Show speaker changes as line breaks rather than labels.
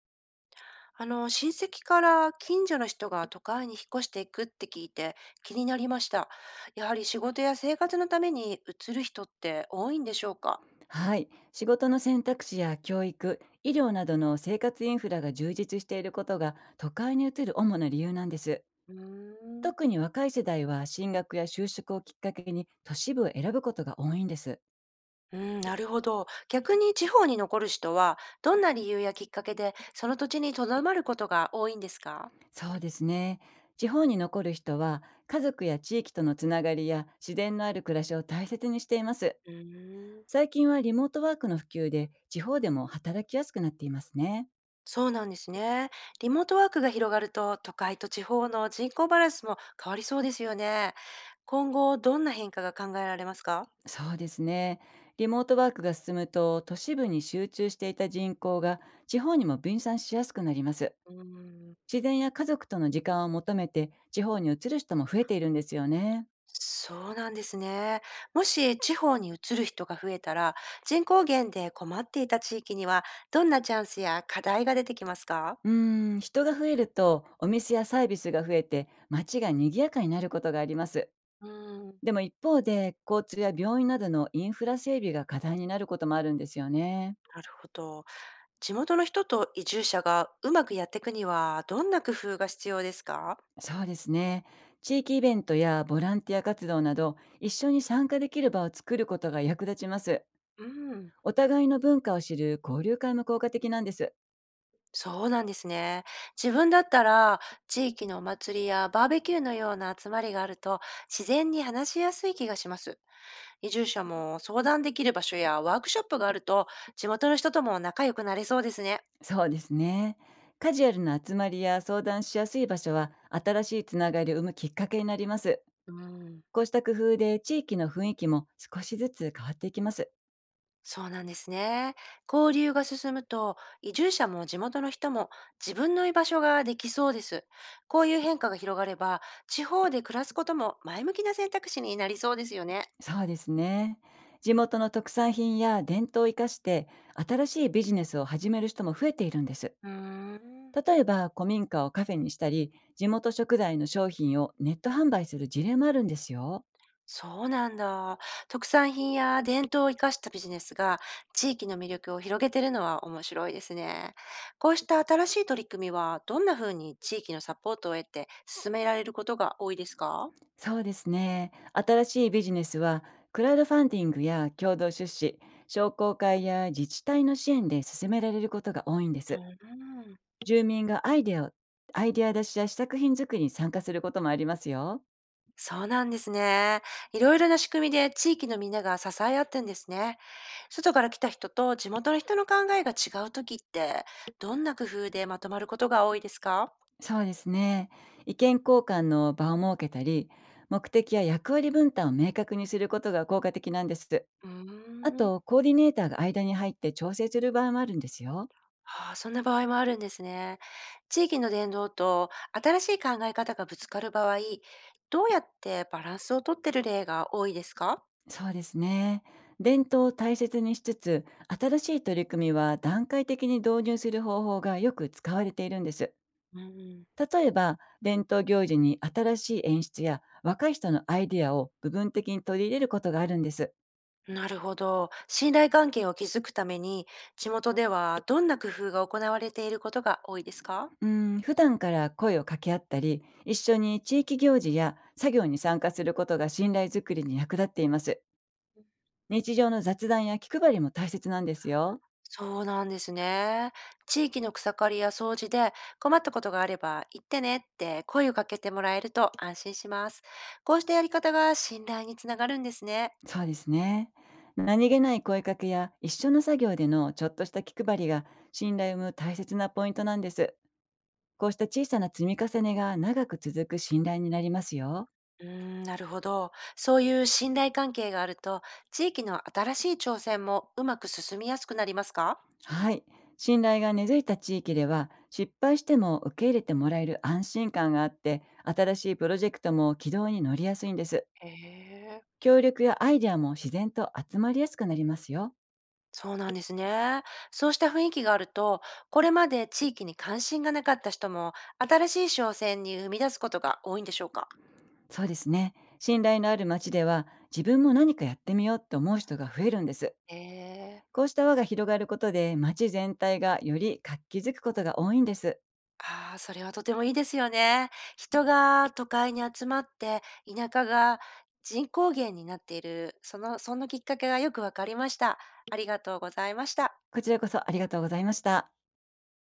親戚から近所の人が都会に引っ越していくって聞いて気になりました。やはり仕事や生活のために移る人って多いんでしょうか？
はい、仕事の選択肢や教育、医療などの生活インフラが充実していることが都会に移る主な理由なんです。
うーん。
特に若い世代は進学や就職をきっかけに都市部を選ぶことが多いんです。
うん、なるほど。逆に地方に残る人はどんな理由やきっかけでその土地に留まることが多いんですか？
そうですね。地方に残る人は家族や地域とのつながりや自然のある暮らしを大切にしています。
うーん。
最近はリモートワークの普及で地方でも働きやすくなっていますね。
そうなんですね。リモートワークが広がると都会と地方の人口バランスも変わりそうですよね。今後どんな変化が考えられますか？
そうですね。リモートワークが進むと、都市部に集中していた人口が地方にも分散しやすくなります。
うーん。
自然や家族との時間を求めて、地方に移る人も増えているんですよね。
そうなんですね。もし地方に移る人が増えたら、人口減で困っていた地域には、どんなチャンスや課題が出てきますか？
人が増えると、お店やサービスが増えて、街が賑やかになることがあります。
うん。
でも一方で、交通や病院などのインフラ整備が課題になることもあるんですよね。
なるほど。地元の人と移住者がうまくやっていくには、どんな工夫が必要ですか？
そうですね。地域イベントやボランティア活動など、一緒に参加できる場を作ることが役立ちます。
うん。
お互いの文化を知る交流会も効果的なんです。
そうなんですね。自分だったら、地域のお祭りやバーベキューのような集まりがあると、自然に話しやすい気がします。移住者も相談できる場所やワークショップがあると、地元の人とも仲良くなれそうですね。
そうですね。カジュアルな集まりや相談しやすい場所は新しいつながりを生むきっかけになります。
うん、
こうした工夫で地域の雰囲気も少しずつ変わっていきます。
そうなんですね。交流が進むと、移住者も地元の人も自分の居場所ができそうです。こういう変化が広がれば、地方で暮らすことも前向きな選択肢になりそうですよね。
そうですね。地元の特産品や伝統を生かして、新しいビジネスを始める人も増えているんです。
うーん。
例えば、古民家をカフェにしたり、地元食材の商品をネット販売する事例もあるんですよ。
そうなんだ。特産品や伝統を生かしたビジネスが地域の魅力を広げてるのは面白いですね。こうした新しい取り組みはどんな風に地域のサポートを得て進められることが多いですか？
そうですね。新しいビジネスは、クラウドファンディングや共同出資、商工会や自治体の支援で進められることが多いんで
う
す。
ん、
住民がアイデア出しや試作品作りに参加することもありますよ。
そうなんですね。いろいろな仕組みで地域のみんなが支え合ってんですね。外から来た人と地元の人の考えが違う時ってどんな工夫でまとまることが多いですか？
そうですね。意見交換の場を設けたり、目的や役割分担を明確にすることが効果的なんです。
うー
あ
ん。
と、コーディネーターが間に入って調整する場合もあるんですよ。
ああ、そんな場合もあるんですね。地域の伝統と新しい考え方がぶつかる場合、どうやってバランスをとってる例が多いですか？
そうですね。伝統を大切にしつつ、新しい取り組みは段階的に導入する方法がよく使われているんです。
うん、
例えば、伝統行事に新しい演出や若い人のアイデアを部分的に取り入れることがあるんです。
なるほど。信頼関係を築くために、地元ではどんな工夫が行われていることが多いですか？
うん、普段から声を掛け合ったり、一緒に地域行事や作業に参加することが信頼づくりに役立っています。日常の雑談や気配りも大切なんですよ。
そうなんですね。地域の草刈りや掃除で困ったことがあれば言ってねって声をかけてもらえると安心します。こうしたやり方が信頼につながるんですね。
そうですね。何気ない声かけや一緒の作業でのちょっとした気配りが、信頼を生む大切なポイントなんです。こうした小さな積み重ねが長く続く信頼になりますよ。
うーん、なるほど。そういう信頼関係があると、地域の新しい挑戦もうまく進みやすくなりますか？
はい。信頼が根付いた地域では、失敗しても受け入れてもらえる安心感があって、新しいプロジェクトも軌道に乗りやすいんです。
へえ、
協力やアイデアも自然と集まりやすくなりますよ。
そうなんですね。そうした雰囲気があると、これまで地域に関心がなかった人も、新しい挑戦に生み出すことが多いんでしょうか？
そうですね。信頼のある街では、自分も何かやってみようと思う人が増えるんです。
へえ、
こうした輪が広がることで、街全体がより活気づくことが多いんです。
ああ、それはとてもいいですよね。人が都会に集まって、田舎が人口減になっている、そのきっかけがよくわかりました。ありがとうございました。
こちらこそありがとうございました。